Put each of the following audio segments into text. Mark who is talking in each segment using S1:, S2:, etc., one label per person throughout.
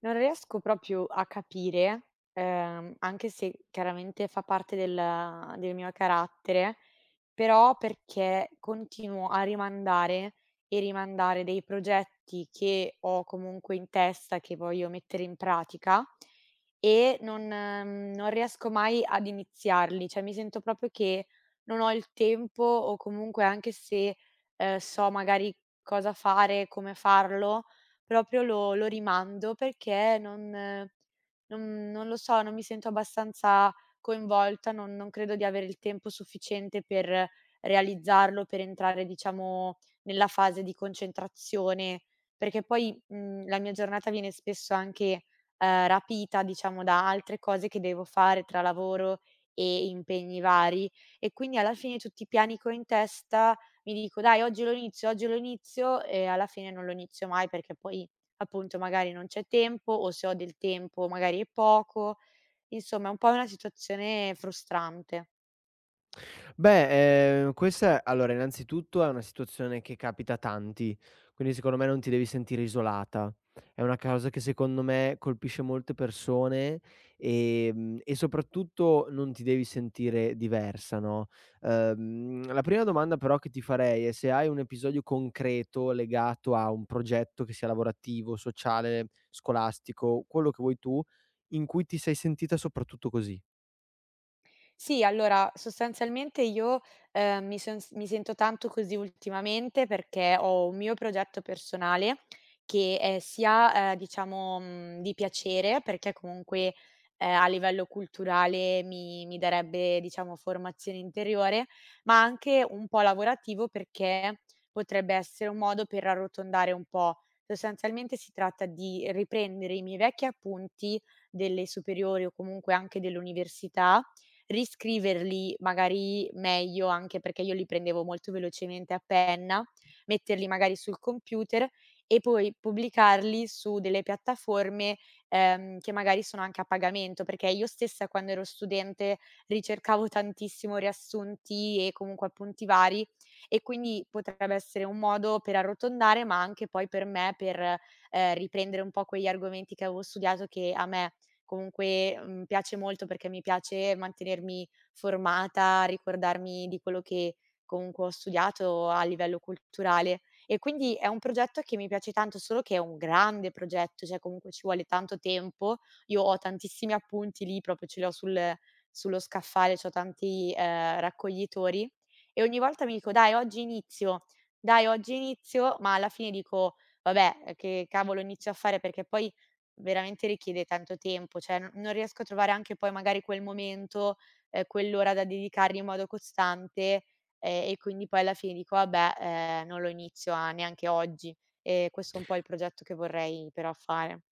S1: Non riesco proprio a capire, anche se chiaramente fa parte del mio carattere, però perché continuo a rimandare e rimandare dei progetti che ho comunque in testa, che voglio mettere in pratica e non non riesco mai ad iniziarli. Cioè, mi sento proprio che non ho il tempo o comunque anche se, so magari cosa fare, come farlo, proprio lo rimando perché non lo so, non mi sento abbastanza coinvolta, non credo di avere il tempo sufficiente per realizzarlo, per entrare diciamo nella fase di concentrazione, perché poi, la mia giornata viene spesso anche, rapita diciamo da altre cose che devo fare tra lavoro e impegni vari, e quindi alla fine tutti i piani che ho in testa mi dico: "Dai, oggi lo inizio, oggi lo inizio", e alla fine non lo inizio mai perché poi appunto magari non c'è tempo o se ho del tempo magari è poco. Insomma, è un po' una situazione frustrante.
S2: Questa è innanzitutto è una situazione che capita a tanti, quindi secondo me non ti devi sentire isolata. È una causa che secondo me colpisce molte persone, e soprattutto non ti devi sentire diversa, no. La prima domanda però che ti farei è se hai un episodio concreto legato a un progetto che sia lavorativo, sociale, scolastico, quello che vuoi tu, in cui ti sei sentita soprattutto così.
S1: Sì, allora sostanzialmente io, mi son s mi sento tanto così ultimamente perché ho un mio progetto personale che è sia, diciamo, di piacere perché comunque, a livello culturale mi darebbe, diciamo, formazione interiore, ma anche un po' lavorativo perché potrebbe essere un modo per arrotondare un po'. Sostanzialmente si tratta di riprendere i miei vecchi appunti delle superiori o comunque anche dell'università, riscriverli magari meglio, anche perché io li prendevo molto velocemente a penna, metterli magari sul computer e poi pubblicarli su delle piattaforme, che magari sono anche a pagamento, perché io stessa quando ero studente ricercavo tantissimo riassunti e comunque appunti vari, e quindi potrebbe essere un modo per arrotondare, ma anche poi per me per, riprendere un po' quegli argomenti che avevo studiato, che a me comunque, piace molto perché mi piace mantenermi formata, ricordarmi di quello che comunque ho studiato a livello culturale. E quindi è un progetto che mi piace tanto, solo che è un grande progetto, cioè comunque ci vuole tanto tempo. Io ho tantissimi appunti lì, proprio ce li ho sullo scaffale, c'ho tanti, raccoglitori, e ogni volta mi dico: "Dai, oggi inizio, dai, oggi inizio", ma alla fine dico: "Vabbè, che cavolo inizio a fare?" Perché poi veramente richiede tanto tempo, cioè n non riesco a trovare anche poi magari quel momento, quell'ora da dedicargli in modo costante, e quindi poi alla fine dico: "Vabbè, non lo inizio a neanche oggi". E questo è un po' il progetto che vorrei però fare.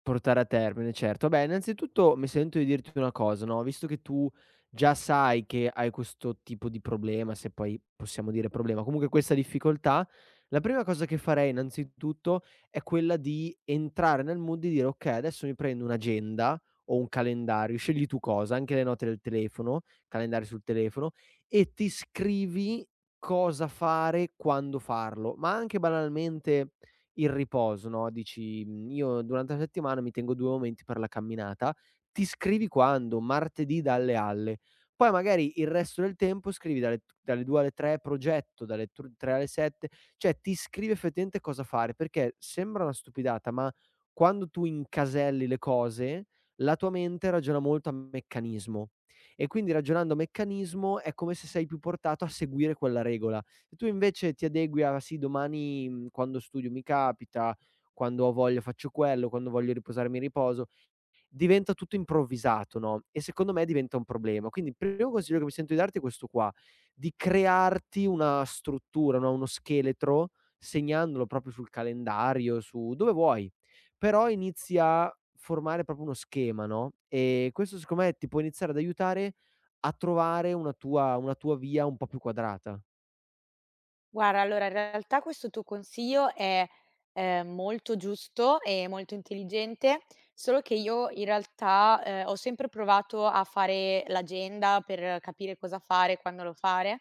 S2: Portare a termine, certo. Beh, innanzitutto mi sento di dirti una cosa, no, visto che tu già sai che hai questo tipo di problema, se poi possiamo dire problema, comunque questa difficoltà, la prima cosa che farei innanzitutto è quella di entrare nel mood di dire: "Okay, adesso mi prendo un'agenda o un calendario", scegli tu cosa, anche le note del telefono, calendari sul telefono, e ti scrivi cosa fare, quando farlo, ma anche banalmente il riposo, no, dici: "Mhmm, io durante la settimana mi tengo 2 momenti per la camminata", ti scrivi quando? Martedì dalle alle. Poi magari il resto del tempo scrivi dalle 2 alle 3 progetto, dalle tr 3 alle 7, cioè ti scrivi effettivamente cosa fare, perché sembra una stupidata, ma quando tu incaselli le cose, la tua mente ragiona molto a meccanismo e quindi ragionando a meccanismo è come se sei più portato a seguire quella regola. Se tu invece ti adegui a: "Sì, domani, mhmm, quando studio mi capita, quando ho voglia faccio quello, quando voglio riposare mi riposo", diventa tutto improvvisato, no, e secondo me diventa un problema. Quindi il primo consiglio che mi sento di darti è questo qua, di crearti una struttura, no, uno scheletro, segnandolo proprio sul calendario, su dove vuoi, però inizi a formare proprio uno schema, no, e questo secondo me ti può iniziare ad aiutare a trovare una tua via un po' più quadrata.
S1: Guarda, allora in realtà questo tuo consiglio è, molto giusto e molto intelligente, solo che io in realtà, ho sempre provato a fare l'agenda per capire cosa fare, quando lo fare.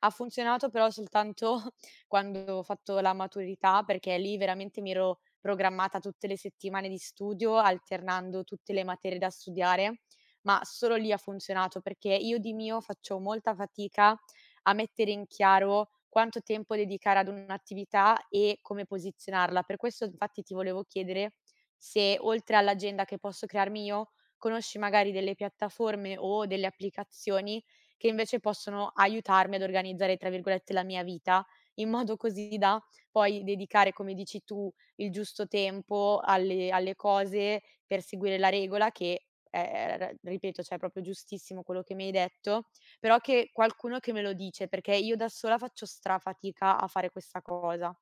S1: Ha funzionato però soltanto quando ho fatto la maturità, perché lì veramente mi ero programmata tutte le settimane di studio, alternando tutte le materie da studiare, ma solo lì ha funzionato, perché io di mio faccio molta fatica a mettere in chiaro quanto tempo dedicare ad un'attività e come posizionarla. Per questo infatti ti volevo chiedere se, oltre all'agenda che posso crearmi io, conosci magari delle piattaforme o delle applicazioni che invece possono aiutarmi ad organizzare, tra virgolette, "la mia vita", in modo così da poi dedicare, come dici tu, il giusto tempo alle cose per seguire la regola che è r ripeto, cioè è proprio giustissimo quello che mi hai detto, però che qualcuno che me lo dice, perché io da sola faccio strafatica a fare questa cosa.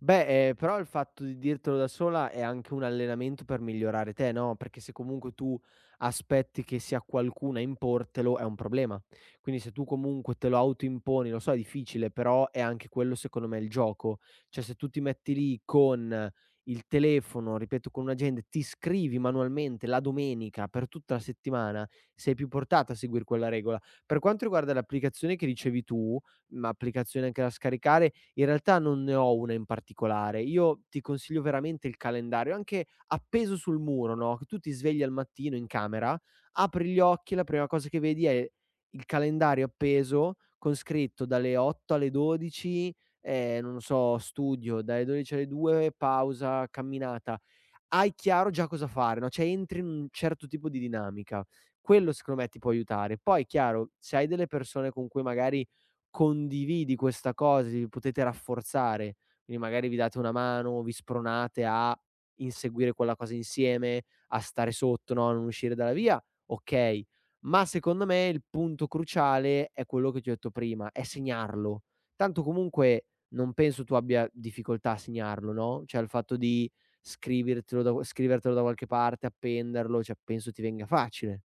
S2: Però il fatto di dirtelo da sola è anche un allenamento per migliorare te, no, perché se comunque tu aspetti che sia qualcuno a importelo è un problema. Quindi se tu comunque te lo autoimponi, lo so è difficile, però è anche quello secondo me il gioco. Cioè se tu ti metti lì con il telefono, ripeto, con un'agenda, ti scrivi manualmente la domenica per tutta la settimana, sei più portato a seguir quella regola. Per quanto riguarda l'applicazione che dicevi tu, applicazione anche da scaricare, in realtà non ne ho una in particolare. Io ti consiglio veramente il calendario, anche appeso sul muro, no, che tu ti svegli al mattino in camera, apri gli occhi e la prima cosa che vedi è il calendario appeso con scritto dalle 8 alle 12, non so, studio, dalle 12 alle 2 pausa, camminata, hai chiaro già cosa fare, no, cioè entri in un certo tipo di dinamica. Quello secondo me ti può aiutare. Poi chiaro, se hai delle persone con cui magari condividi questa cosa, vi potete rafforzare, quindi magari vi date una mano, vi spronate a inseguire quella cosa insieme, a stare sotto, no, a non uscire dalla via, okay. Ma secondo me il punto cruciale è quello che ti ho detto prima, è segnarlo. Tanto comunque non penso tu abbia difficoltà a segnarlo, no, cioè il fatto di scrivertelo da qualche parte, appenderlo, cioè penso ti venga facile.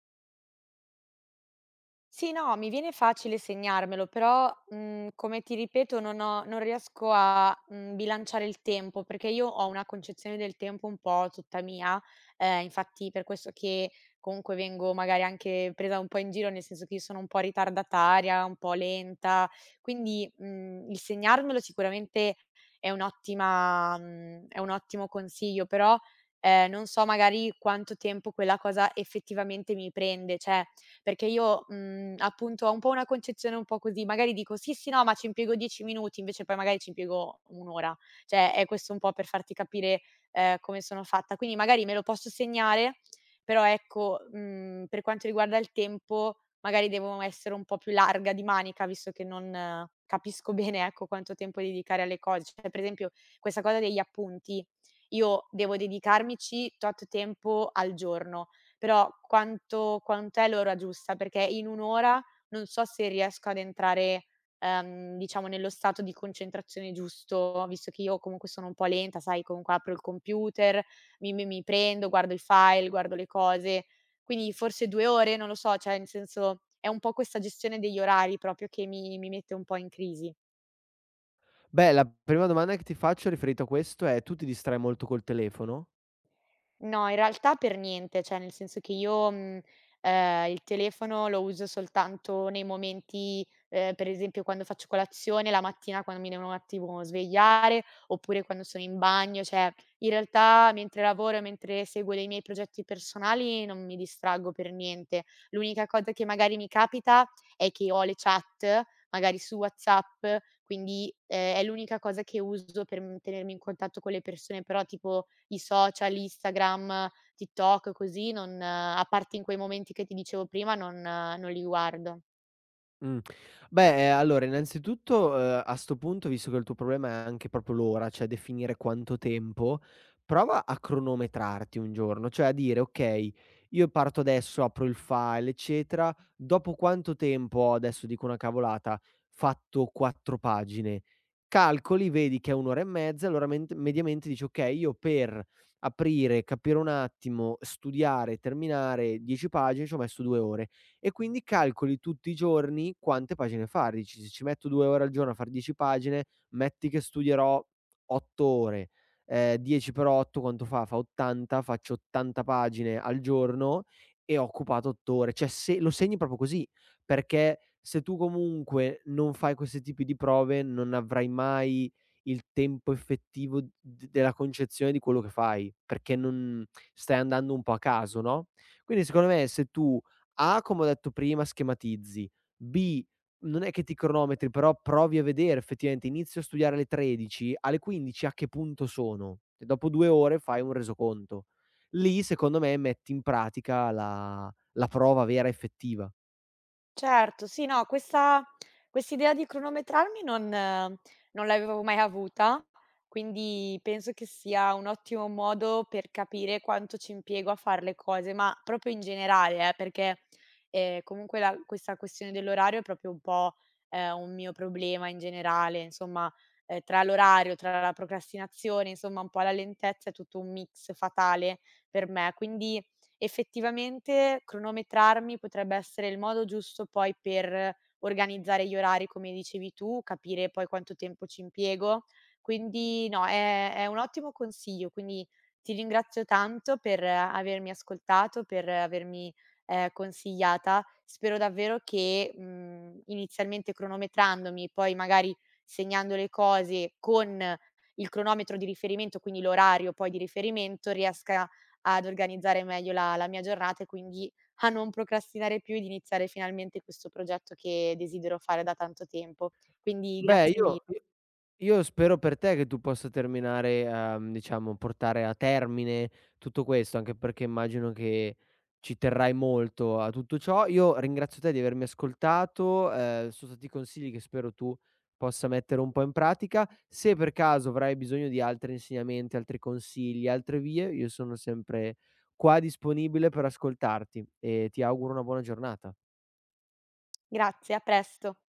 S1: Sì, no, mi viene facile segnarmelo, però, come ti ripeto non riesco a, bilanciare il tempo, perché io ho una concezione del tempo un po' tutta mia, infatti per questo che comunque vengo magari anche presa un po' in giro, nel senso che io sono un po' ritardataria, un po' lenta, quindi, il segnarmelo sicuramente è un ottimo consiglio, però, non so magari quanto tempo quella cosa effettivamente mi prende, cioè, perché io, appunto ho un po' una concezione un po' così, magari dico: "Sì, sì, no, ma ci impiego 10 minuti", invece poi magari ci impiego 1 ora. Cioè, è questo un po' per farti capire, come sono fatta. Quindi magari me lo posso segnare, però ecco, per quanto riguarda il tempo magari devo essere un po' più larga di manica, visto che non capisco bene, ecco, quanto tempo dedicare alle cose. Cioè, per esempio questa cosa degli appunti, io devo dedicarmici tot tempo al giorno, però quanto quant'è l'ora giusta, perché in 1 ora non so se riesco ad entrare, diciamo nello stato di concentrazione giusto, visto che io comunque sono un po' lenta, sai, comunque apro il computer, mi prendo, guardo i file, guardo le cose. Quindi forse 2 ore, non lo so, cioè nel senso è un po' questa gestione degli orari proprio che mi mette un po' in crisi.
S2: Beh, la prima domanda che ti faccio riferito a questo è: tu ti distrai molto col telefono?
S1: No, in realtà per niente, cioè nel senso che io, il telefono lo uso soltanto nei momenti, per esempio quando faccio colazione, la mattina quando mi devono un attimo svegliare, oppure quando sono in bagno, cioè in realtà mentre lavoro, mentre seguo dei miei progetti personali non mi distraggo per niente. L'unica cosa che magari mi capita è che ho le chat, magari su WhatsApp, quindi, è l'unica cosa che uso per, tenermi in contatto con le persone, però tipo i social, Instagram, TikTok, così non a parte in quei momenti che ti dicevo prima, non li guardo.
S2: Mh. Allora innanzitutto, a 'sto punto, visto che il tuo problema è anche proprio l'ora, cioè definire quanto tempo, prova a cronometrarti un giorno, cioè a dire: "Okay, io parto adesso, apro il file, eccetera, dopo quanto tempo ho", adesso dico una cavolata, "fatto 4 pagine?" Calcoli, vedi che è 1 ora e mezza, allora ment mediamente dici: "Okay, io per aprire, capire un attimo, studiare, terminare 10 pagine ci ho messo 2 ore", e quindi calcoli tutti i giorni quante pagine far. Dici: "Se ci metto 2 ore al giorno a far 10 pagine, metti che studierò 8 ore, 10 per 8 quanto fa? Fa 80, faccio 80 pagine al giorno e ho occupato 8 ore." Cioè se lo segni proprio così, perché se tu comunque non fai questi tipi di prove, non avrai mai il tempo effettivo d della concezione di quello che fai, perché non, stai andando un po' a caso, no, quindi secondo me, se tu a, come ho detto prima, schematizzi. B, non è che ti cronometri, però provi a vedere effettivamente, inizio a studiare alle 13, alle 15 a che punto sono. E dopo 2 ore fai un resoconto. Lì, secondo me, metti in pratica la prova vera effettiva.
S1: Certo, sì, no, questa quest'idea di cronometrarmi non l'avevo mai avuta, quindi penso che sia un ottimo modo per capire quanto ci impiego a far le cose, ma proprio in generale, perché, comunque la questa questione dell'orario è proprio un po', un mio problema in generale, insomma, tra l'orario, tra la procrastinazione, insomma un po' la lentezza, è tutto un mix fatale per me. Quindi effettivamente cronometrarmi potrebbe essere il modo giusto poi per organizzare gli orari, come dicevi tu, capire poi quanto tempo ci impiego. Quindi no, è un ottimo consiglio, quindi ti ringrazio tanto per avermi ascoltato, per avermi, consigliata. Spero davvero che, inizialmente cronometrandomi, poi magari segnando le cose con il cronometro di riferimento, quindi l'orario poi di riferimento, riesca ad organizzare meglio la mia giornata e quindi a non procrastinare più ed iniziare finalmente questo progetto che desidero fare da tanto tempo. Quindi
S2: Beh, io spero per te che tu possa terminare a mhmm, diciamo, portare a termine tutto questo, anche perché immagino che ci terrai molto a tutto ciò. Io ringrazio te di avermi ascoltato, son stati consigli che spero tu possa mettere un po' in pratica. Se per caso avrai bisogno di altri insegnamenti, altri consigli, altre vie, io sono sempre qua disponibile per ascoltarti e ti auguro una buona giornata.
S1: grazie, a presto.